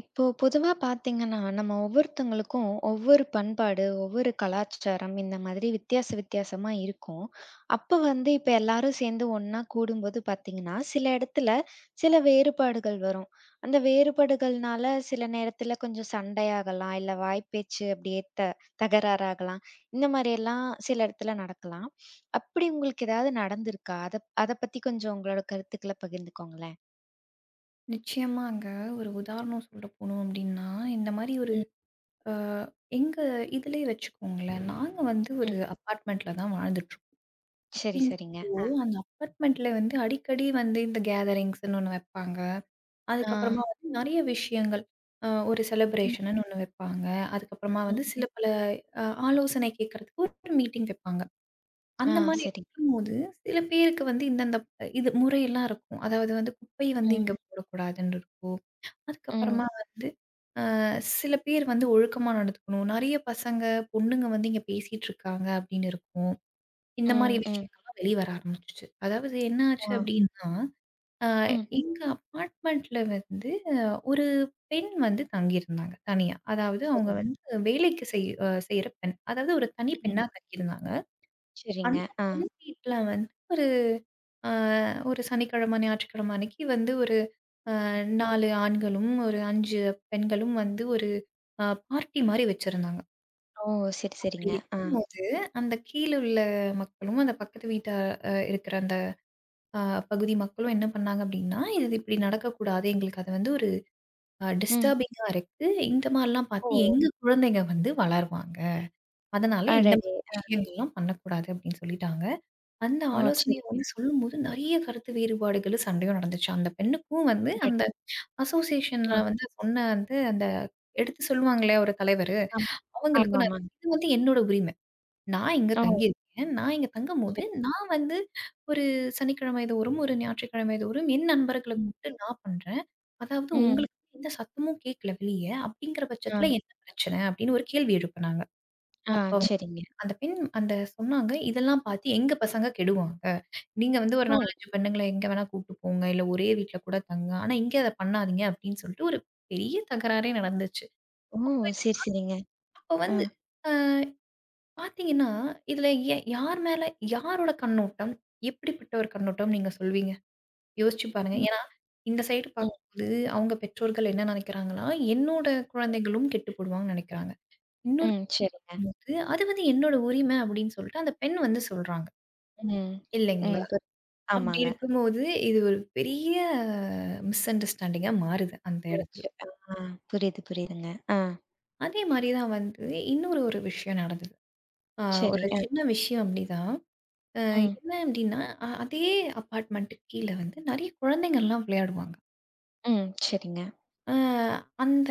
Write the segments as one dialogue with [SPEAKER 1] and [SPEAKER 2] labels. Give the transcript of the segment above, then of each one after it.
[SPEAKER 1] இப்போ பொதுவா பார்த்தீங்கன்னா, நம்ம ஒவ்வொருத்தங்களுக்கும் ஒவ்வொரு பண்பாடு, ஒவ்வொரு கலாச்சாரம் இந்த மாதிரி வித்தியாச வித்தியாசமா இருக்கும். அப்ப வந்து இப்ப எல்லாரும் சேர்ந்து ஒண்ணா கூடும்போது பார்த்தீங்கன்னா, சில இடத்துல சில வேறுபாடுகள் வரும். அந்த வேறுபாடுகள்னால சில நேரத்துல கொஞ்சம் சண்டையாகலாம், இல்ல வாய் பேச்சு அப்படியே தகராறாகலாம். இந்த மாரியெல்லாம் சில இடத்துல நடக்கலாம். அப்படி உங்களுக்கு ஏதாவது நடந்திருக்கா? அத அத பத்தி கொஞ்சம் உங்களோட கருத்துக்கள பகிர்ந்துக்கோங்களேன்.
[SPEAKER 2] நிச்சயமாங்க. ஒரு உதாரணம் சொல்ல போனோம் அப்டின்னா, இந்த மாரி ஒரு
[SPEAKER 1] ம்,
[SPEAKER 2] அ எங்க இதுலயே வச்சுக்கோங்களேன். நாங்க வந்து
[SPEAKER 1] ம்.
[SPEAKER 2] ஒரு அப்பார்ட்மெண்ட்ல தான் வாழ்ந்துட்டுருக்கோம்.
[SPEAKER 1] சரி, சரிங்க.
[SPEAKER 2] அப்டிங்கிறப்போ, அந்த அப்பார்ட்மெண்ட்ல வந்து அடிக்கடி வந்து இந்த கேதரிங்ஸ்ன்னு ஒண்ணு வைப்பாங்க.
[SPEAKER 1] ஆ.
[SPEAKER 2] அதுக்கப்புறமா வந்து நெறைய விஷயங்கள். ஒரு செலிப்ரேஷன்னு ஒண்ணு வைப்பாங்க. அதுக்கப்புறமா வந்து
[SPEAKER 1] ம்.
[SPEAKER 2] சில பல அ ஆலோசனை கேட்கறதுக்கு ஒரு மீட்டிங் வைப்பாங்க.
[SPEAKER 1] ஆ
[SPEAKER 2] அந்த மாரி
[SPEAKER 1] சரிங்க.
[SPEAKER 2] இருக்கும்போது, சில பேருக்கு வந்து இந்தந்த இது முறையெல்லாம் இருக்கும். அதாவது வந்து குப்பைய வந்து
[SPEAKER 1] ம்.
[SPEAKER 2] இங்க போடக்கூடாதுன்னு இருக்கும்.
[SPEAKER 1] ம்.
[SPEAKER 2] அதுக்கப்புறமா வந்து அ சில பேர் வந்து ஒழுக்கமா நடந்துக்கணும். நெறைய பசங்க, பொண்ணுங்க வந்து இங்க பேசிட்டு இருக்காங்க அப்படின்னு இருக்கும். இந்த மாரி
[SPEAKER 1] ம். ம்.
[SPEAKER 2] விஷயங்கள்லாம் வெளிய வர ஆரம்பிச்சுச்சு. அதாவது என்ன ஆச்சு
[SPEAKER 1] ஆ.
[SPEAKER 2] அப்படின்னா, அ
[SPEAKER 1] ம்.
[SPEAKER 2] எங்க அபார்ட்மெண்ட்ல வந்து ஒரு பெண் வந்து தங்கியிருந்தாங்க தனியா. அதாவது அவங்க
[SPEAKER 1] சரிங்க.
[SPEAKER 2] வந்து வேலைக்கு செய்ற பெண். அதாவது ஒரு தனி
[SPEAKER 1] ம்.
[SPEAKER 2] பெண்ணா தங்கியிருந்தாங்க.
[SPEAKER 1] சரிங்க.
[SPEAKER 2] அந்த
[SPEAKER 1] ஆ.
[SPEAKER 2] பெனிஃபிட்லாம் வந்து ஒரு அ ஒரு சனிக்கிழம, ஞாயிற்றுக்கிழம அன்னைக்கு வந்து ஒரு அ 4 ஆண்களும், ஒரு 5 பெண்களும் வந்து ஒரு பார்ட்டி மாரி வச்சிருந்தாங்க.
[SPEAKER 1] ஓ! சரி,
[SPEAKER 2] அப்படி
[SPEAKER 1] சரிங்க. ஆ.
[SPEAKER 2] வைக்கும்போது, அந்த கீழ உள்ள மக்களும், அந்த பக்கத்து வீட்டா இருக்கிற அந்த அ பகுதி மக்களும் என்ன பண்ணாங்க அப்படின்னா, "இது இப்படி நடக்கக்கூடாது. எங்களுக்கு அது வந்து ஒரு
[SPEAKER 1] ம்.
[SPEAKER 2] டிஸ்டர்பிங்கா இருக்கு. இந்த மாரிலாம்
[SPEAKER 1] ஓ!
[SPEAKER 2] பார்த்து எங்க குழந்தைங்க வந்து வளருவாங்க. அதனால இந்த
[SPEAKER 1] அடடே!
[SPEAKER 2] மாரி
[SPEAKER 1] ஆ.
[SPEAKER 2] விஷயங்கள்லாம் பண்ணக்கூடாது" அப்படின்னு சொல்லிட்டாங்க. அந்த
[SPEAKER 1] ஓ!
[SPEAKER 2] ஆலோசனைய
[SPEAKER 1] சரிங்க.
[SPEAKER 2] வந்து சொல்லும்போது நெறைய கருத்து வேறுபாடுகளும், சண்டையும் நடந்துச்சு. அந்த பெண்ணுக்கும் வந்து
[SPEAKER 1] அடடே!
[SPEAKER 2] அந்த
[SPEAKER 1] ஆ.
[SPEAKER 2] அசோசியேஷன்ல வந்து சொன்ன வந்து அந்த எடுத்து சொல்லுவாங்களே ஒரு தலைவரு,
[SPEAKER 1] ஆமா.
[SPEAKER 2] அவங்களுக்கும் நெறைய
[SPEAKER 1] ஆமாமாங்க.
[SPEAKER 2] இது வந்து என்னோட உரிமை. நான் இங்க
[SPEAKER 1] ஓ!
[SPEAKER 2] தங்கியிருக்கேன். நான் இங்க தங்கும்போது,
[SPEAKER 1] சரி.
[SPEAKER 2] நான் வந்து ஒரு சனிக்கிழமை தோறும், ஒரு ஞாயிற்றுக்கிழமை தோறும் என் நண்பர்கள
[SPEAKER 1] ம்.
[SPEAKER 2] கூப்பிட்டு நான் பண்றேன். அதாவது
[SPEAKER 1] ம்.
[SPEAKER 2] உங்களுக்கு எந்த சத்தமும் கேட்கல வெளிய. அப்படிங்கிற
[SPEAKER 1] ஆ.
[SPEAKER 2] பட்சத்தில என்ன பிரச்சனை? அப்படின்னு ஒரு கேள்வி எழுப்புனாங்க.
[SPEAKER 1] ஆ.
[SPEAKER 2] அப்ப
[SPEAKER 1] சரிங்க.
[SPEAKER 2] அந்த பெண் அந்த சொன்னாங்க, இதெல்லாம் பார்த்து எங்க பசங்க கெடுவாங்க. நீங்க வந்து ஒரு
[SPEAKER 1] ஓ!
[SPEAKER 2] 4, 5 பெண்ணுங்கள எங்க வேணா கூட்டு போங்க. இல்ல ஒரே வீட்ல கூட தங்குங்க. ஆனா இங்க அத பண்ணாதீங்க அப்படின்னு சொல்லிட்டு ஒரு பெரிய தகராறே நடந்துச்சு.
[SPEAKER 1] ஓ!
[SPEAKER 2] அப்ப
[SPEAKER 1] சரி, சரிங்க.
[SPEAKER 2] அப்ப
[SPEAKER 1] ஆ.
[SPEAKER 2] வந்து அ பார்த்தீங்கன்னா, இதுல யார் மேல யாரோட கண்ணோட்டம்? எப்படிப்பட்ட ஒரு கண்ணோட்டம் நீங்க சொல்வீங்க? யோசிச்சு பாருங்க.
[SPEAKER 1] ம்.
[SPEAKER 2] ஏன்னா, இந்த சைடு
[SPEAKER 1] ம்.
[SPEAKER 2] பார்க்கும்போது அவங்க பெற்றோர்கள் என்ன நினைக்கிறாங்கன்னா, என்னோட
[SPEAKER 1] ம்.
[SPEAKER 2] குழந்தைகளும் கெட்டு போடுவாங்கன்னு நினைக்கிறாங்க. இன்னொரு
[SPEAKER 1] ம். சரிங்க.
[SPEAKER 2] பக்கம் வந்து, அது வந்து என்னோட உரிமை அப்படின்னு சொல்லிட்டு அந்த பெண் வந்து சொல்றாங்க.
[SPEAKER 1] ம். ம்.
[SPEAKER 2] இல்லைங்களா? அப்படி
[SPEAKER 1] ஆமாங்க.
[SPEAKER 2] இருக்கும்போது, இது ஒரு பெரிய மிஸ் அண்டர்ஸ்டாண்டிங்கா மாறுது அந்த இடத்துல.
[SPEAKER 1] போச்சு. ஆ. புரியுது, புரியுதுங்க. ஆ.
[SPEAKER 2] அதே மாரி தான் வந்து இன்னொரு ஒரு விஷயம் நடந்தது. அ
[SPEAKER 1] சரி.
[SPEAKER 2] ஒரு
[SPEAKER 1] அ.
[SPEAKER 2] சின்ன விஷயம் அப்படிதான். அ
[SPEAKER 1] ம்.
[SPEAKER 2] என்ன அப்படின்னா, அதே அபார்ட்மெண்ட்டுக்கு கீழ வந்து நெறைய குழந்தைங்கள்லாம் விளையாடுவாங்க.
[SPEAKER 1] ம். சரிங்க.
[SPEAKER 2] அ அந்த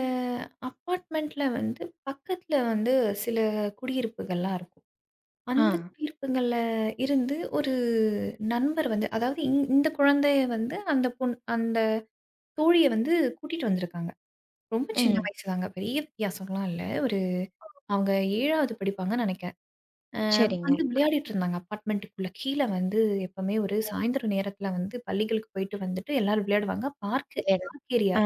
[SPEAKER 2] அபார்ட்மெண்ட்ல வந்து பக்கத்துல வந்து சில குடியிருப்புகள்லாம் இருக்கும்.
[SPEAKER 1] ஆ.
[SPEAKER 2] அந்த குடியிருப்புகள்ல இருந்து ஒரு நண்பர் வந்து அதாவது இந்த குழந்தைய வந்து அந்த அந்த தோழிய வந்து கூட்டிட்டு வந்திருக்காங்க. ரொம்ப சின்ன
[SPEAKER 1] ம்.
[SPEAKER 2] வயசு தாங்க. பெரிய வித்தியாசம்லாம் இல்ல. ஒரு அவங்க 7வது படிப்பாங்கன்னு நெனைக்கிறேன். அ
[SPEAKER 1] சரிங்க.
[SPEAKER 2] வந்து விளையாடிட்டு இருந்தாங்க அப்பார்ட்மெண்ட்டுக்குள்ள. கீழ வந்து எப்பவுமே ஒரு சாயந்தரம் நேரத்தில வந்து பள்ளிகளுக்கு போயிட்டு வந்துட்டு எல்லாரும் விளையாடுவாங்க.
[SPEAKER 1] கல்யாணம்.
[SPEAKER 2] பார்க் ஏரியா
[SPEAKER 1] ஆ.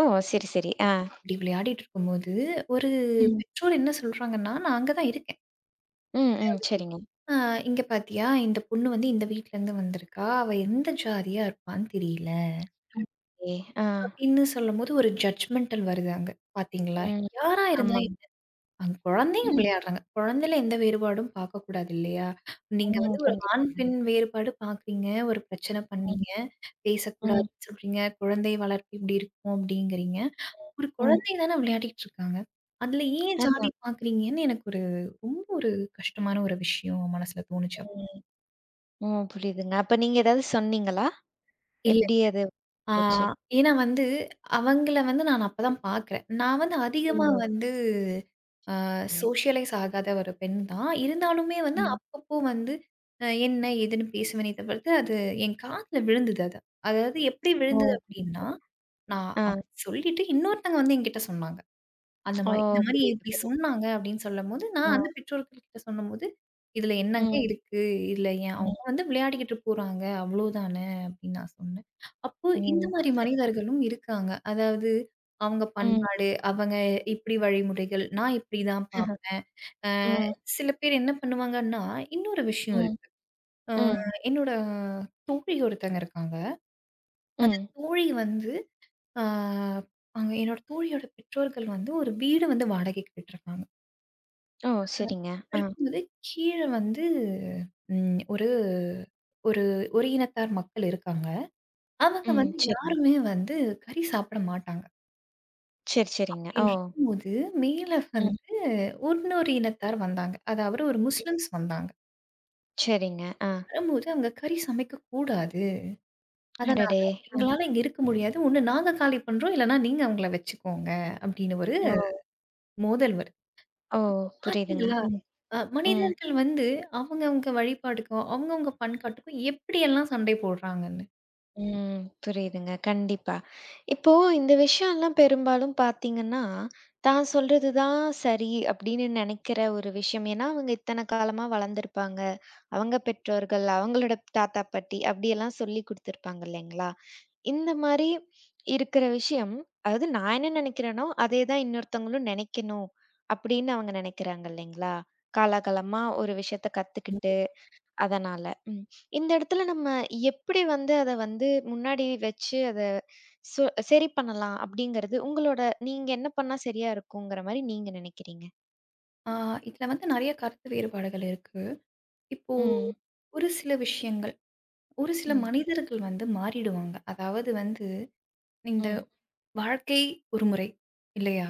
[SPEAKER 1] ஓ!
[SPEAKER 2] இருக்கு.
[SPEAKER 1] சரி, சரி. ஆ.
[SPEAKER 2] அப்படி விளையாடிட்டு இருக்கும்போது, ஒரு
[SPEAKER 1] ம்.
[SPEAKER 2] பெற்றோர் என்ன சொல்றாங்கன்னா, நான் அங்க தான் இருக்கேன்.
[SPEAKER 1] ம், ம். சரிங்க.
[SPEAKER 2] "அ இங்க பாத்தியா, இந்த பொண்ணு வந்து இந்த வீட்லருந்து வந்திருக்கா. அவ எந்த ஜாதியா இருப்பான்னு தெரியல."
[SPEAKER 1] ம். ஓகே. ஆ.
[SPEAKER 2] அப்படின்னு சொல்லும்போது ஒரு ஜட்ஜ்மெண்டல் வருது அங்க. பாத்தீங்களா?
[SPEAKER 1] ம்.
[SPEAKER 2] யாரா இருந்தா
[SPEAKER 1] ஆமாங்க.
[SPEAKER 2] அங்க குழந்தைங்க
[SPEAKER 1] ம்.
[SPEAKER 2] விளையாடுறாங்க. குழந்தையில எந்த வேறுபாடும் பார்க்கக்கூடாது இல்லையா? நீங்க
[SPEAKER 1] ம்.
[SPEAKER 2] வந்து ஒரு ஆண்,
[SPEAKER 1] கண்டிப்பாங்க.
[SPEAKER 2] பெண் வேறுபாடு பார்க்குறீங்க. ஒரு பிரச்சனை
[SPEAKER 1] ம்.
[SPEAKER 2] பண்ணீங்க.
[SPEAKER 1] ம்.
[SPEAKER 2] பேசக்கூடாதுன்னு சொல்றீங்க. குழந்தை வளர்ப்பு இப்படி இருக்கும் அப்படிங்கிறீங்க. ஒரு
[SPEAKER 1] ம். ம்.
[SPEAKER 2] குழந்தை தானே விளையாடிட்டு இருக்காங்க. அதுல ஏன் ஜாதி
[SPEAKER 1] அதான்.
[SPEAKER 2] பார்க்குறீங்கன்னு எனக்கு ஒரு ரொம்ப ஒரு கஷ்டமான ஒரு விஷயம் மனசுல தோணுச்சு.
[SPEAKER 1] ம். ம். புரியுதுங்க. அப்ப நீங்க ஏதாவது சொன்னீங்களா?
[SPEAKER 2] இல்ல.
[SPEAKER 1] எப்படி அது
[SPEAKER 2] ஆ
[SPEAKER 1] போச்சு?
[SPEAKER 2] ஏன்னா வந்து அவங்கள வந்து நான் அப்பதான் பார்க்குறேன். நான் வந்து அதிகமா
[SPEAKER 1] ஓ!
[SPEAKER 2] வந்து
[SPEAKER 1] சரிங்க.
[SPEAKER 2] சோஷியலைஸ் ஆகாத ஒரு பெண் தான். இருந்தாலுமே வந்து
[SPEAKER 1] ம்.
[SPEAKER 2] அப்பப்போ வந்து என்ன, ஏதுன்னு பேசுவேனே தவிர்த்து, அது என் காதுல விழுந்தது அது. அதாவது எப்படி
[SPEAKER 1] ஓ!
[SPEAKER 2] விழுந்தது
[SPEAKER 1] புரியுது.
[SPEAKER 2] அப்படின்னா, நான்
[SPEAKER 1] ஆ.
[SPEAKER 2] அப்படி சொல்லிட்டு இன்னொருத்தங்க வந்து என்கிட்ட சொன்னாங்க. அந்த
[SPEAKER 1] ஓ!
[SPEAKER 2] மாரி. இந்த மாரி
[SPEAKER 1] புரியுது,
[SPEAKER 2] இப்டி
[SPEAKER 1] புரியுது.
[SPEAKER 2] சொன்னாங்க அப்டின்னு சொல்லும்போது, நான் அந்த
[SPEAKER 1] ஆ.
[SPEAKER 2] பெற்றோர்கள் கிட்ட சொன்னம்போது, "இதுல என்னங்க
[SPEAKER 1] ம்.
[SPEAKER 2] இருக்கு? இதுல ஏன்
[SPEAKER 1] ம்.
[SPEAKER 2] அவங்க வந்து விளையாடிக்கிட்டு போறாங்க. அவ்ளோதான" அப்டின்னு நான் சொன்னேன். அப்போ இந்த
[SPEAKER 1] ம்.
[SPEAKER 2] மாரி
[SPEAKER 1] சரிதான்.
[SPEAKER 2] மனிதர்களும் இருக்காங்க. அதாவது அவங்க
[SPEAKER 1] ம்.
[SPEAKER 2] பண்பாடு, அவங்க இப்டி வழிமுறைகள், நான் இப்டிதான் பாப்பேன். அ
[SPEAKER 1] ம்.
[SPEAKER 2] சில பேர் என்ன பண்ணுவாங்கன்னா, இன்னொரு விஷயம்
[SPEAKER 1] ம்.
[SPEAKER 2] இருக்கு. அ
[SPEAKER 1] ம்.
[SPEAKER 2] என்னோட தோழி ஒருத்தங்க இருக்காங்க. அந்த
[SPEAKER 1] ம்.
[SPEAKER 2] தோழி வந்து, அ அங்க என்னோட தோழியோட பெற்றோர்கள் வந்து ஒரு வீடு வந்து வாடகைக்கு விட்டுருக்காங்க.
[SPEAKER 1] ஓ! சரிங்க. ஆ.
[SPEAKER 2] இருக்கும்போது கீழ வந்து ம் ஒரு ஒரு ஒரு இனத்தார் மக்கள் இருக்காங்க. அவங்க
[SPEAKER 1] ம்.
[SPEAKER 2] வந்து
[SPEAKER 1] சரிங்க.
[SPEAKER 2] யாருமே வந்து கறி சாப்பிட மாட்டாங்க.
[SPEAKER 1] சரி, சரிங்க.
[SPEAKER 2] அப்படின்னு
[SPEAKER 1] ஓ!
[SPEAKER 2] இருக்கும்போது, மேல
[SPEAKER 1] ம்.
[SPEAKER 2] வந்து இன்னொரு இனத்தார் வந்தாங்க. அதாவது ஒரு முஸ்லிம்ஸ் வந்தாங்க.
[SPEAKER 1] சரிங்க. ஆ.
[SPEAKER 2] வரும்போது அவங்க கறி சமைக்கக்கூடாது. அதனால
[SPEAKER 1] அடடே! ம்.
[SPEAKER 2] எங்களால இங்க இருக்க முடியாது. ஒண்ணு நாங்க காலி பண்றோம். இல்லன்னா நீங்க அவங்கள வச்சுக்கோங்க. அப்படின்னு ஒரு
[SPEAKER 1] ஓ!
[SPEAKER 2] மோதல் வருது.
[SPEAKER 1] ஓ! புரியுதுங்க.
[SPEAKER 2] பார்த்தீங்களா?
[SPEAKER 1] ம். ம்.
[SPEAKER 2] மனிதர்கள் வந்து அவங்கவங்க வழிபாட்டுக்கும், அவங்கவங்க பண்பாட்டுக்கும் எப்படியெல்லாம் சண்டை போடுறாங்கன்னு.
[SPEAKER 1] ம். புரியுதுங்க. கண்டிப்பா. இப்போ இந்த விஷயம்லாம் பெரும்பாலும் பார்த்தீங்கன்னா, தான் சொல்றது தான் சரி அப்படின்னு நெனைக்கிற ஒரு விஷயம். ஏன்னா, அவங்க இத்தன காலமா வளர்ந்துருப்பாங்க. அவங்க பெற்றோர்கள், அவங்களோட தாத்தா, பாட்டி அப்படியெல்லாம் சொல்லிக் குடுத்துருப்பாங்க இல்லைங்களா? இந்த மாரி இருக்கிற விஷயம், அதாவது நான் என்ன நெனைக்கிறேனோ, அதே தான் இன்னொருத்தவங்களும் நெனைக்கணும். அப்படின்னு அவங்க நெனைக்கிறாங்க இல்லைங்களா? காலாகாலமா ஒரு விஷயத்த கத்துக்கிட்டு, அதனால. ம். இந்த இடத்துல நம்ம எப்படி வந்து அத வந்து முன்னாடி வச்சு அத சு சரி பண்ணலாம் அப்படிங்கிறது உங்களோட நீங்க என்ன பண்ணா சரியா இருக்குங்கிற மாரி நீங்க நெனைக்கிறீங்க?
[SPEAKER 2] ஆ இதுல வந்து நெறைய கருத்து வேறுபாடுகள் இருக்கு. இப்போ
[SPEAKER 1] ம்.
[SPEAKER 2] ஒரு சில விஷயங்கள், ஒரு சில
[SPEAKER 1] ம்.
[SPEAKER 2] மனிதர்கள் வந்து மாறிடுவாங்க. அதாவது வந்து இந்த
[SPEAKER 1] ம்.
[SPEAKER 2] வாழ்க்கை ஒரு முறை இல்லையா?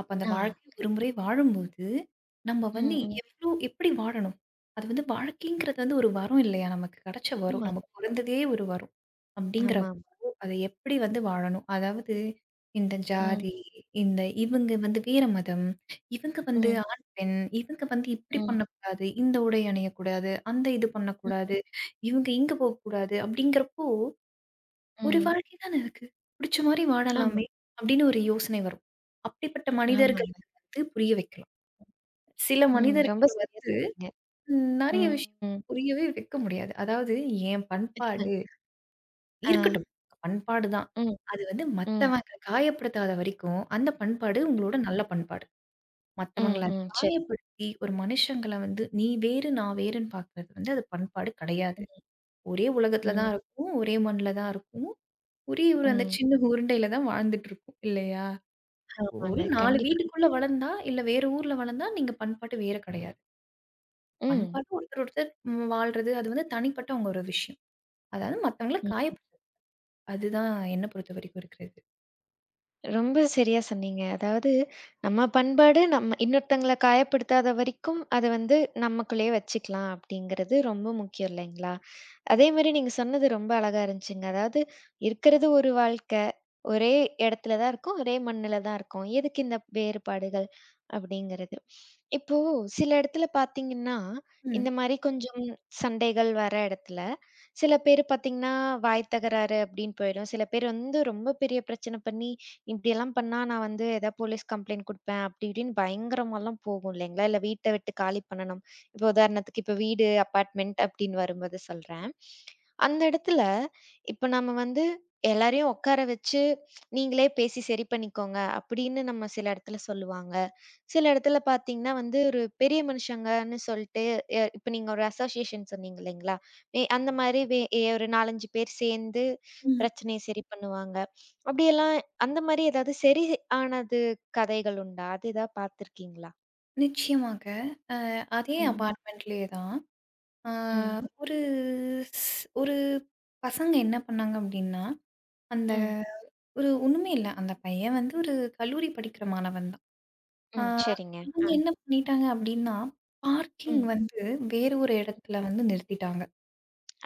[SPEAKER 2] அப்ப அந்த
[SPEAKER 1] ஆ.
[SPEAKER 2] வாழ்க்கை ஒரு முறை வாழும்போது, நம்ம
[SPEAKER 1] ம்.
[SPEAKER 2] வந்து
[SPEAKER 1] ம்.
[SPEAKER 2] எவ்ளோ எப்படி வாழணும்? அது வந்து வாழ்க்கைங்கிறது வந்து ஒரு வரம் இல்லையா? நமக்கு கிடைச்ச வரம்.
[SPEAKER 1] ஆமாங்க.
[SPEAKER 2] நமக்கு பொறந்ததே ஒரு வரம். அப்படிங்கிற
[SPEAKER 1] ஆமாமா.
[SPEAKER 2] அத எப்படி வந்து வாழணும்? அதாவது இந்த
[SPEAKER 1] ம்.
[SPEAKER 2] ஜாதி, இந்த இவங்க வந்து வேற மதம், இவங்க வந்து
[SPEAKER 1] ம்.
[SPEAKER 2] ஆண், பெண், இவங்க வந்து இப்படி
[SPEAKER 1] ம்.
[SPEAKER 2] பண்ணக்கூடாது, இந்த உடை அணியக்கூடாது, அந்த இது
[SPEAKER 1] ம்.
[SPEAKER 2] பண்ணக்கூடாது, இவங்க இங்க போகக்கூடாது அப்படிங்கிறப்போ, ஒரு
[SPEAKER 1] ம்.
[SPEAKER 2] வாழ்க்கை தானே இருக்கு. புடிச்ச மாரி
[SPEAKER 1] ஆமா.
[SPEAKER 2] வாழலாமே அப்படின்னு ஒரு யோசனை வரும். அப்படிப்பட்ட
[SPEAKER 1] ஆமாங்க.
[SPEAKER 2] மனிதர்களுக்கு வந்து புரிய வைக்கலாம். சில
[SPEAKER 1] ம். ரொம்ப
[SPEAKER 2] மனிதர்கள்
[SPEAKER 1] சரியா சொன்னீங்க.
[SPEAKER 2] வந்து நெறைய
[SPEAKER 1] ம்,
[SPEAKER 2] விஷயம்
[SPEAKER 1] ம்.
[SPEAKER 2] புரியவே வைக்க முடியாது. அதாவது என் பண்பாடு
[SPEAKER 1] ஆ.
[SPEAKER 2] இருக்கட்டும். பண்பாடு தான்.
[SPEAKER 1] ம்,
[SPEAKER 2] அது வந்து
[SPEAKER 1] ம்,
[SPEAKER 2] மத்தவங்கள காயப்படுத்தாத வரைக்கும், அந்த பண்பாடு உங்களோட நல்ல பண்பாடு.
[SPEAKER 1] ம்,
[SPEAKER 2] மத்தவங்கள அது
[SPEAKER 1] ம். சரி.
[SPEAKER 2] காயப்படுத்தி, ஒரு மனுஷங்கள வந்து நீ வேறு, நான் வேறுன்னு பார்க்குறது வந்து அது பண்பாடு
[SPEAKER 1] ம்,
[SPEAKER 2] கிடையாது. ஒரே உலகத்துல
[SPEAKER 1] ம்,
[SPEAKER 2] தான் இருக்கும். ஒரே மண்ல தான் இருக்கும். ஒரே ஒரு அந்த
[SPEAKER 1] ம்.
[SPEAKER 2] சின்ன உருண்டையில தான் வாழ்ந்துட்டு இருக்கோம். இல்லையா?
[SPEAKER 1] ஆமாங்க.
[SPEAKER 2] ஒரு 4
[SPEAKER 1] கண்டிப்பா.
[SPEAKER 2] வீட்டுக்குள்ள வளர்ந்தா, இல்ல வேற ஊர்ல வளர்ந்தா, நீங்க பண்பாட்டு வேற கிடையாது.
[SPEAKER 1] ம்,
[SPEAKER 2] பண்பாட்டு ஒருத்தர் ஒருத்தர் வாழ்றது, அது வந்து தனிப்பட்ட உங்க ஒரு விஷயம். அதாவது மத்தவங்கள
[SPEAKER 1] ம்.
[SPEAKER 2] காயப்படுத்த அதுதான் என்ன பொறுத்தவரைக்கும் இருக்கிறது.
[SPEAKER 1] ரொம்ப சரியா சொன்னீங்க. அதாவது நம்ம பண்பாடு நம்ம இன்னொருத்தங்கள காயப்படுத்தாத வரைக்கும், அத வந்து நமக்குள்ளயே வச்சுக்கலாம் அப்படிங்கிறது ரொம்ப முக்கியம் இல்லைங்களா? அதே மாரி நீங்க சொன்னது ரொம்ப அழகா இருந்துச்சுங்க. அதாவது இருக்கிறது ஒரு வாழ்க்க. ஒரே இடத்துல தான் இருக்கோம். ஒரே மண்ணுல தான் இருக்கோம். எதுக்கு இந்த வேறுபாடுகள் அப்படிங்கிறது. இப்போ சில இடத்துல பார்த்தீங்கன்னா, இந்த மாரி கொஞ்சம் சண்டைகள் வர இடத்துல, சில பேர் பார்த்தீங்கன்னா, வாய் தகராறு அப்படின்னு போயிடும். சில பேர் வந்து ரொம்ப பெரிய பிரச்சனை பண்ணி, இப்படியெல்லாம் பண்ணா நான் வந்து ஏதாவது போலீஸ் கம்ப்ளைண்ட் குடுப்பேன். அப்படி இப்படின்னு பயங்கரமாலாம் போகும் இல்லைங்களா? இல்ல வீட்ட விட்டு காலி பண்ணணும். இப்போ உதாரணத்துக்கு இப்போ வீடு அபார்ட்மெண்ட் அப்படின்னு வரும்போது சொல்றேன். அந்த இடத்துல, இப்ப நம்ம வந்து எல்லாரையும் உட்கார வச்சு, "நீங்களே பேசி சரி பண்ணிக்கோங்க" அப்படின்னு நம்ம சில இடத்துல சொல்லுவாங்க. சில இடத்துல பார்த்தீங்கன்னா வந்து, ஒரு பெரிய மனுஷங்கன்னு சொல்ட்டு, இப்ப நீங்க ஒரு அசோசியேஷன் சொன்னீங்க இல்லைங்களா? அந்த மாரி வே எ ஒரு 4, 5 பேர் சேர்ந்து
[SPEAKER 2] ம்.
[SPEAKER 1] பிரச்சனைய சரி பண்ணுவாங்க. அப்படியெல்லாம் அந்த மாரி ஏதாவது சரி ஆனது கதைகள் உண்டா? அது ஏதாவது பார்த்துருக்கீங்களா?
[SPEAKER 2] நிச்சயமாக. அ அதே ம்.
[SPEAKER 1] ம்.
[SPEAKER 2] அபார்ட்மெண்ட்லயே தான். அ
[SPEAKER 1] ம்,
[SPEAKER 2] ம். ஒரு ஸ் ஒரு பசங்க என்ன பண்ணாங்க அப்டின்னா, அந்த
[SPEAKER 1] ம்,
[SPEAKER 2] ஒரு ஒண்ணுமே இல்ல. அந்த பையன் வந்து ஒரு கல்லூரி படிக்கிற மாணவன் தான். அ
[SPEAKER 1] ம். சரிங்க. ஆ,
[SPEAKER 2] அவங்க என்ன பண்ணிட்டாங்க அப்டின்னா, பார்க்கிங்
[SPEAKER 1] ம்.
[SPEAKER 2] வந்து வேற ஒரு இடத்துல வந்து நிறுத்திட்டாங்க.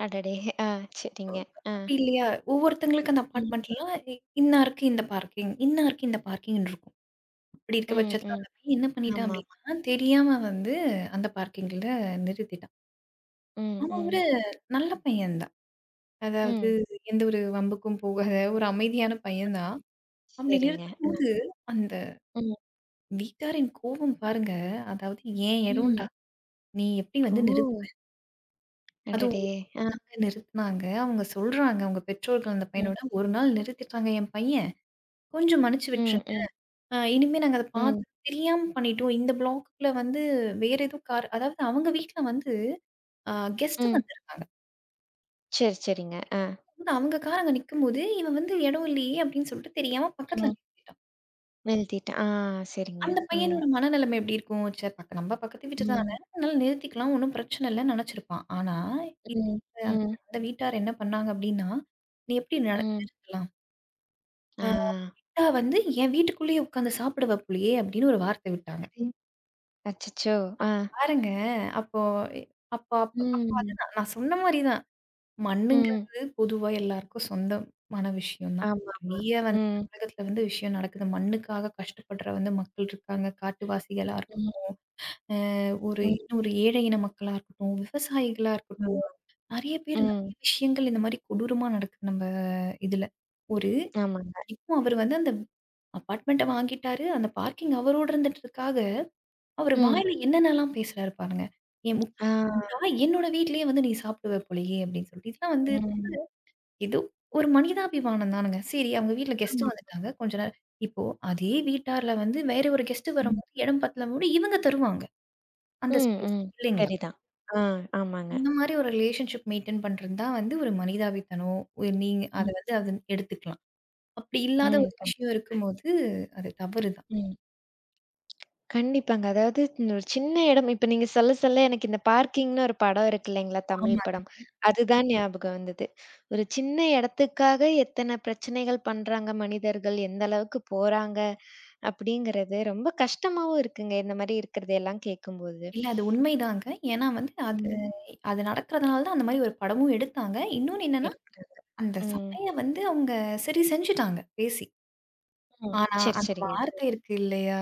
[SPEAKER 1] அடடே! ஆ,
[SPEAKER 2] ஓ.
[SPEAKER 1] சரிங்க. ஆ.
[SPEAKER 2] அப்டி இல்லையா, ஒவ்வொருத்தங்களுக்கு அந்த
[SPEAKER 1] ம்.
[SPEAKER 2] அபார்ட்மெண்ட்ல இ இன்னாருக்கு இந்த பார்க்கிங், இன்னாருக்கு இந்த பார்க்கிங்ன்னு இருக்கும். அப்படி இருக்க
[SPEAKER 1] ம்,
[SPEAKER 2] பட்சத்துல
[SPEAKER 1] ம்.
[SPEAKER 2] அந்த பையன் என்ன பண்ணிட்டான்
[SPEAKER 1] ஆமாமா.
[SPEAKER 2] அப்டின்னா, தெரியாம வந்து அந்த பார்க்கிங்ல நிறுத்திட்டான்.
[SPEAKER 1] ம்,
[SPEAKER 2] அவன்
[SPEAKER 1] ம்,
[SPEAKER 2] ஒரு நல்ல பையன் தான். அதாவது
[SPEAKER 1] ம்.
[SPEAKER 2] எந்த ஒரு வம்புக்கும் போகாத ஒரு அமைதியான பையன் தான். அப்படி
[SPEAKER 1] சரிங்க. அ.
[SPEAKER 2] நிறுத்தும்போது, அந்த
[SPEAKER 1] ம்,
[SPEAKER 2] வீட்டாரின் கோவம் பாருங்க. அதாவது "என்
[SPEAKER 1] ம்.
[SPEAKER 2] இடம்டா! நீ எப்படி வந்து
[SPEAKER 1] ஓ!
[SPEAKER 2] நிறுத்துவ?"
[SPEAKER 1] அடடே!
[SPEAKER 2] அதுவும்
[SPEAKER 1] அ.
[SPEAKER 2] தாங்க நிறுத்துனாங்க. அவங்க சொல்றாங்க, அவங்க பெற்றோர்கள் அந்த
[SPEAKER 1] ம்,
[SPEAKER 2] பையனோட, "ஒரு நாள் நிறுத்திட்டாங்க என் பையன். கொஞ்சம் மன்னிச்சு
[SPEAKER 1] ம்,
[SPEAKER 2] விட்டுருங்க.
[SPEAKER 1] ம்,
[SPEAKER 2] இனிமே நாங்க அத
[SPEAKER 1] ம்,
[SPEAKER 2] பார்த்து தெரியாம பண்ணிட்டோம். இந்த பிளாக்குல வந்து வேற ஏதோ கார்" அதாவது அவங்க வீட்ல வந்து அ கெஸ்ட்
[SPEAKER 1] ம்.
[SPEAKER 2] வந்திருந்தாங்க.
[SPEAKER 1] சரி, சரிங்க. அ.
[SPEAKER 2] அவங்க கார் அங்க நிக்கும்போது, "இவன் வந்து இடம் இல்லையே" அப்படின்னு சொல்லிட்டு தெரியாம பக்கத்துல
[SPEAKER 1] ம்.
[SPEAKER 2] நிறுத்திட்டான்.
[SPEAKER 1] எழுதிட்டேன். ஆ சரிங்க.
[SPEAKER 2] அந்த
[SPEAKER 1] ம்,
[SPEAKER 2] பையனோட மனநிலைமை எப்டி இருக்கும்? சரி பக்க நம்ம பக்கத்து வீட்டு தானே,
[SPEAKER 1] ம்,
[SPEAKER 2] அதனால நிறுத்திக்கலாம் ஒண்ணும் பிரச்சனை இல்லன்னு நெனச்சிருப்பான். ஆனா இந்த
[SPEAKER 1] ம்,
[SPEAKER 2] அந்த
[SPEAKER 1] ம்,
[SPEAKER 2] அந்த வீட்டார் என்ன பண்ணாங்க அப்டின்னா, "நீ எப்டி
[SPEAKER 1] ம்.
[SPEAKER 2] நிறுத்தலாம்?
[SPEAKER 1] ஆ.
[SPEAKER 2] அ விட்டா வந்து என் வீட்டுக்குள்ளேயே உட்காந்து சாப்பிடுவ போலயே" அப்டின்னு ஒரு வார்த்தை விட்டாங்க.
[SPEAKER 1] ம். அச்சச்சோ! ஆ.
[SPEAKER 2] பாருங்க அப்போ அப்ப அப்ப அப்ப
[SPEAKER 1] ம்,
[SPEAKER 2] அதுதான் நான் சொன்ன மாரி தான்.
[SPEAKER 1] ம்.
[SPEAKER 2] மண்ணுங்கிறது பொதுவா எல்லாருக்கும் சொந்தமான விஷயம் தான்.
[SPEAKER 1] ஆமா.
[SPEAKER 2] நெறைய வந்து இந்த
[SPEAKER 1] ம்,
[SPEAKER 2] உலகத்துல வந்து விஷயம் நடக்குது. மண்ணுக்காக கஷ்டப்படுற வந்து மக்கள் இருக்காங்க. காட்டுவாசிகளா
[SPEAKER 1] ம்,
[SPEAKER 2] இருக்கட்டும். ஒரு
[SPEAKER 1] ம்.
[SPEAKER 2] இன்னும் ஒரு ஏழை இன மக்களா இருக்கட்டும், விவசாயிகளா இருக்கட்டும்,
[SPEAKER 1] ஆமா.
[SPEAKER 2] நெறைய பேர்
[SPEAKER 1] ம்.
[SPEAKER 2] நெறைய விஷயங்கள் இந்த மாரி கொடூரமா நடக்குது நம்ம இதுல. ஒரு
[SPEAKER 1] ஆமாங்க.
[SPEAKER 2] இப்போ அவரு வந்து அந்த அபார்ட்மெண்ட்ட வாங்கிட்டாரு. அந்த பார்க்கிங் அவரோட இருந்ததுக்காக, அவரு
[SPEAKER 1] ம்.
[SPEAKER 2] வாயில என்னென்னலாம் பேசுறாரு பாருங்க. "என்
[SPEAKER 1] ஆ.
[SPEAKER 2] முட்டா என்னோட வீட்லயே வந்து நீ சாப்பிடுவ போலயே" அப்படின்னு சொல்லிட்டு. இதெல்லாம் வந்து
[SPEAKER 1] ம்.
[SPEAKER 2] ஏதோ ஒரு மனிதாபிமானம் தானங்க. சரி அவங்க வீட்ல கெஸ்ட்
[SPEAKER 1] ஆமா.
[SPEAKER 2] வந்துட்டாங்க. கொஞ்ச நேரம் இப்போ அதே வீட்டார்ல வந்து வேற ஒரு கெஸ்ட்
[SPEAKER 1] ம்.
[SPEAKER 2] வரும்போது இடம் பத்தலம்போது இவங்க தருவாங்க. அந்த
[SPEAKER 1] ம்,
[SPEAKER 2] ஸ்பேஸ்
[SPEAKER 1] ம்.
[SPEAKER 2] இல்லைங்களா?
[SPEAKER 1] சரிதான். ஆ ஆமாங்க.
[SPEAKER 2] இந்த மாரி ஒரு ரிலேஷன்ஷிப் மெயின்டெயின் பண்றது தான் வந்து ஒரு மனிதாபித்தனம். ஒரு நீங்க அத
[SPEAKER 1] ம்.
[SPEAKER 2] வந்து அத எடுத்துக்கலாம். அப்படி இல்லாத
[SPEAKER 1] ம்.
[SPEAKER 2] ஒரு விஷயம்
[SPEAKER 1] கண்டிப்பா.
[SPEAKER 2] இருக்கும்போது, அது தவறு தான்.
[SPEAKER 1] ம். கண்டிப்பாங்க. அதாவது ஒரு சின்ன இடம் இப்ப நீங்க சொல்ல சொல்ல எனக்கு இந்த பார்க்கிங்ன்னு ஒரு படம் இருக்கு இல்லைங்களா? தமிழ்
[SPEAKER 2] ஆமாங்க.
[SPEAKER 1] படம். அதுதான் ஞாபகம் வந்தது. ஒரு சின்ன இடத்துக்காக எத்தன பிரச்சனைகள் பண்றாங்க மனிதர்கள், எந்த அளவுக்கு போறாங்க அப்படிங்கிறது ரொம்ப கஷ்டமாவும் இருக்குங்க. இந்த மாரி இருக்கிறதையெல்லாம் கேட்கும்போது.
[SPEAKER 2] இல்ல அது உண்மைதாங்க. ஏன்னா வந்து அது
[SPEAKER 1] ம்.
[SPEAKER 2] அது நடக்கிறதுனால தான் அந்த மாரி ஒரு படமும் எடுத்தாங்க. இன்னொன்னு என்னன்னா,
[SPEAKER 1] எடுக்குறாங்க.
[SPEAKER 2] அந்த
[SPEAKER 1] ம்.
[SPEAKER 2] சண்டைய வந்து அவங்க சரி செஞ்சுட்டாங்க பேசி.
[SPEAKER 1] ம்.
[SPEAKER 2] ஆனா,
[SPEAKER 1] சரி,
[SPEAKER 2] அந்த
[SPEAKER 1] சரிங்க.
[SPEAKER 2] வார்த்தை இருக்கு இல்லையா?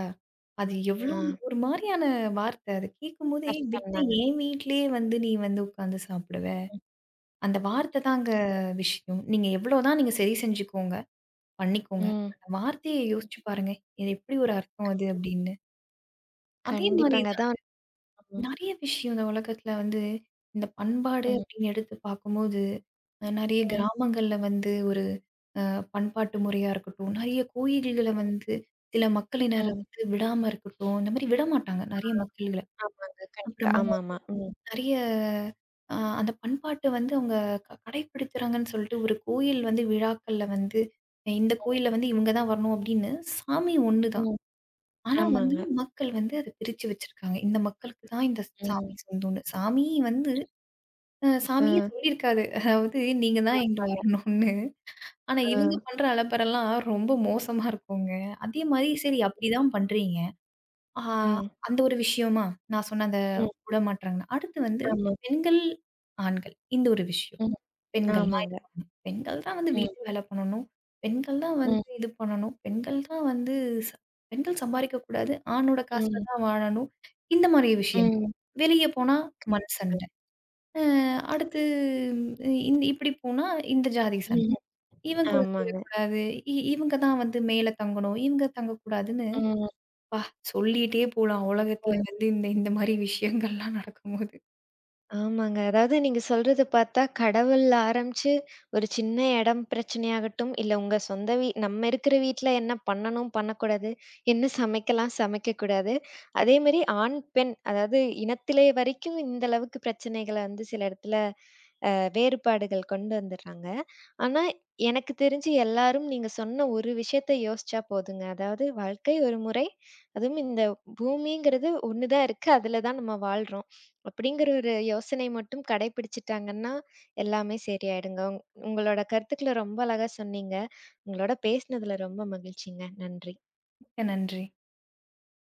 [SPEAKER 2] அது
[SPEAKER 1] ஆ
[SPEAKER 2] எவ்ளோ ஒரு மாரியான வார்த்தை. அத கேட்கும்போதே,
[SPEAKER 1] கஷ்டம்
[SPEAKER 2] "விட்டா
[SPEAKER 1] தாங்க.
[SPEAKER 2] என் வீட்லயே வந்து நீ வந்து உட்காந்து சாப்பிடுவ."
[SPEAKER 1] ம்.
[SPEAKER 2] அந்த வார்த்தை தாங்க விஷயம். நீங்க எவ்ளோ தான் நீங்க சரி செஞ்சுக்கோங்க, பண்ணிக்கோங்க.
[SPEAKER 1] ம்.
[SPEAKER 2] அந்த வார்த்தைய யோசிச்சு பாருங்க. இது எப்படி ஒரு அர்த்தம் அது அப்படின்னு. அதே மாரி
[SPEAKER 1] கண்டிப்பாங்க.
[SPEAKER 2] தான்
[SPEAKER 1] அதான். ம்.
[SPEAKER 2] நெறைய விஷயம் இந்த உலகத்துல வந்து இந்த பண்பாடு
[SPEAKER 1] ம்.
[SPEAKER 2] அப்படின்னு எடுத்து பார்க்கும்போது, நெறைய
[SPEAKER 1] ம்.
[SPEAKER 2] கிராமங்கள்ல வந்து ஒரு அ பண்பாட்டு முறையா இருக்கட்டும், நெறைய கோயில்கள
[SPEAKER 1] ம்.
[SPEAKER 2] வந்து சில மக்களினர்
[SPEAKER 1] ம்.
[SPEAKER 2] வந்து விடாம இருக்கட்டும், இந்த மாரி விடமாட்டாங்க நெறைய மக்கள்கள.
[SPEAKER 1] ஆமாங்க. கண்டிப்பா.
[SPEAKER 2] அப்புறம்
[SPEAKER 1] ஆமாமா. ம்.
[SPEAKER 2] நெறைய அந்த பண்பாட்ட வந்து அவங்க கடைபிடிக்கிறாங்கன்னு சொல்லிட்டு ஒரு கோயில் வந்து விழாக்கள்ல வந்து, இந்த
[SPEAKER 1] ம்.
[SPEAKER 2] கோயில்ல வந்து இவங்க தான் வரணும் அப்படின்னு சாமி ஒண்ணு தான்.
[SPEAKER 1] ம்.
[SPEAKER 2] ஆனா வந்து
[SPEAKER 1] ஆமாங்க.
[SPEAKER 2] மக்கள் வந்து அத பிரிச்சு வச்சிருக்காங்க. இந்த மக்களுக்கு தான் இந்த சாமி
[SPEAKER 1] ம்.
[SPEAKER 2] சொந்தம்னு. சாமி வந்து சாமியே
[SPEAKER 1] அ.
[SPEAKER 2] சொல்லியிருக்காது. அதாவது நீங்க தான் இங்க
[SPEAKER 1] ஆமாங்க.
[SPEAKER 2] வரணும்னு. ஆனா
[SPEAKER 1] அ.
[SPEAKER 2] இவங்க பண்ற அலப்பறலாம் ரொம்ப மோசமா இருக்குங்க. அதே மாரி சரி அப்படிதான் பண்றீங்க. ஆ
[SPEAKER 1] ம்.
[SPEAKER 2] அந்த ஒரு விஷயமா? நான் சொன்ன அந்த
[SPEAKER 1] ம்.
[SPEAKER 2] விடமாட்றாங்கன்னு. அடுத்து வந்து
[SPEAKER 1] ஆமா.
[SPEAKER 2] பெண்கள், ஆண்கள் இந்த ஒரு விஷயம்.
[SPEAKER 1] ம்.
[SPEAKER 2] பெண்கள்னா
[SPEAKER 1] ஆமாங்க.
[SPEAKER 2] இது பெண்கள் தான் வந்து
[SPEAKER 1] ம்.
[SPEAKER 2] வீட்டு வேலை பண்ணணும். பெண்கள் தான்
[SPEAKER 1] ம்.
[SPEAKER 2] வந்து இது பண்ணணும். பெண்கள் தான் வந்து ச பெண்கள் சம்பாரிக்கக்கூடாது. ஆணோட காசுல
[SPEAKER 1] ம்.
[SPEAKER 2] தான் வாழணும். இந்த மாரி விஷயங்கள்.
[SPEAKER 1] ம்.
[SPEAKER 2] வெளிய போனா மண் சண்டை.
[SPEAKER 1] கண்டிப்பாங்க.
[SPEAKER 2] அ அடுத்து உம், இந்த இப்படி போனா இந்த ஜாதி சண்டை.
[SPEAKER 1] ம்.
[SPEAKER 2] இவன் கூட
[SPEAKER 1] ஆமாங்க.
[SPEAKER 2] சேரக்கூடாது. இவங்க தான் வந்து மேல தங்கணும். இவங்க தங்கக்கூடாதுன்னு
[SPEAKER 1] ம்.
[SPEAKER 2] அப்பா! சொல்லிட்டே போலாம்.
[SPEAKER 1] ஒரு
[SPEAKER 2] உலகத்துல வந்து இந்த இந்த மாரி விஷயங்கள்லாம் நடக்கும்போது.
[SPEAKER 1] ஆமாங்க. அதாவது நீங்க சொல்றது பார்த்தா, கடவுள்ல ஆரம்பிச்சு ஒரு சின்ன இடம் பிரச்சனையாகட்டும், இல்ல உங்க சொந்த நம்ம இருக்கிற வீட்ல என்ன பண்ணணும், பண்ணக்கூடாது, என்ன சமைக்கலாம், சமைக்கக்கூடாது. அதேமாரி ஆண், பெண் அதாவது இனத்திலே வரைக்கும் இந்த அளவுக்கு பிரச்சனைகள வந்து சில இடத்துல வேறுபாடுகள் கொண்டு வந்துர்றாங்க. ஆனா, எனக்கு தெரிஞ்சு எல்லாரும் நீங்க சொன்ன ஒரு விஷயத்த யோசிச்சா போதுங்க. அதாவது வாழ்க்கை ஒரு முறை, அதுவும் இந்த பூமிங்கிறது ஒண்ணு தான் இருக்கு. அதுல தான் நம்ம வாழ்றோம். அப்படிங்கிற ஒரு யோசனை மட்டும் கடைபிடிச்சுட்டாங்கன்னா, எல்லாமே சரியாயிடுங்க. உங்களோட கருத்துக்கள ரொம்ப அழகா சொன்னீங்க. உங்களோட பேசினதுல ரொம்ப மகிழ்ச்சிங்க. நன்றி.
[SPEAKER 2] மிக்க நன்றி.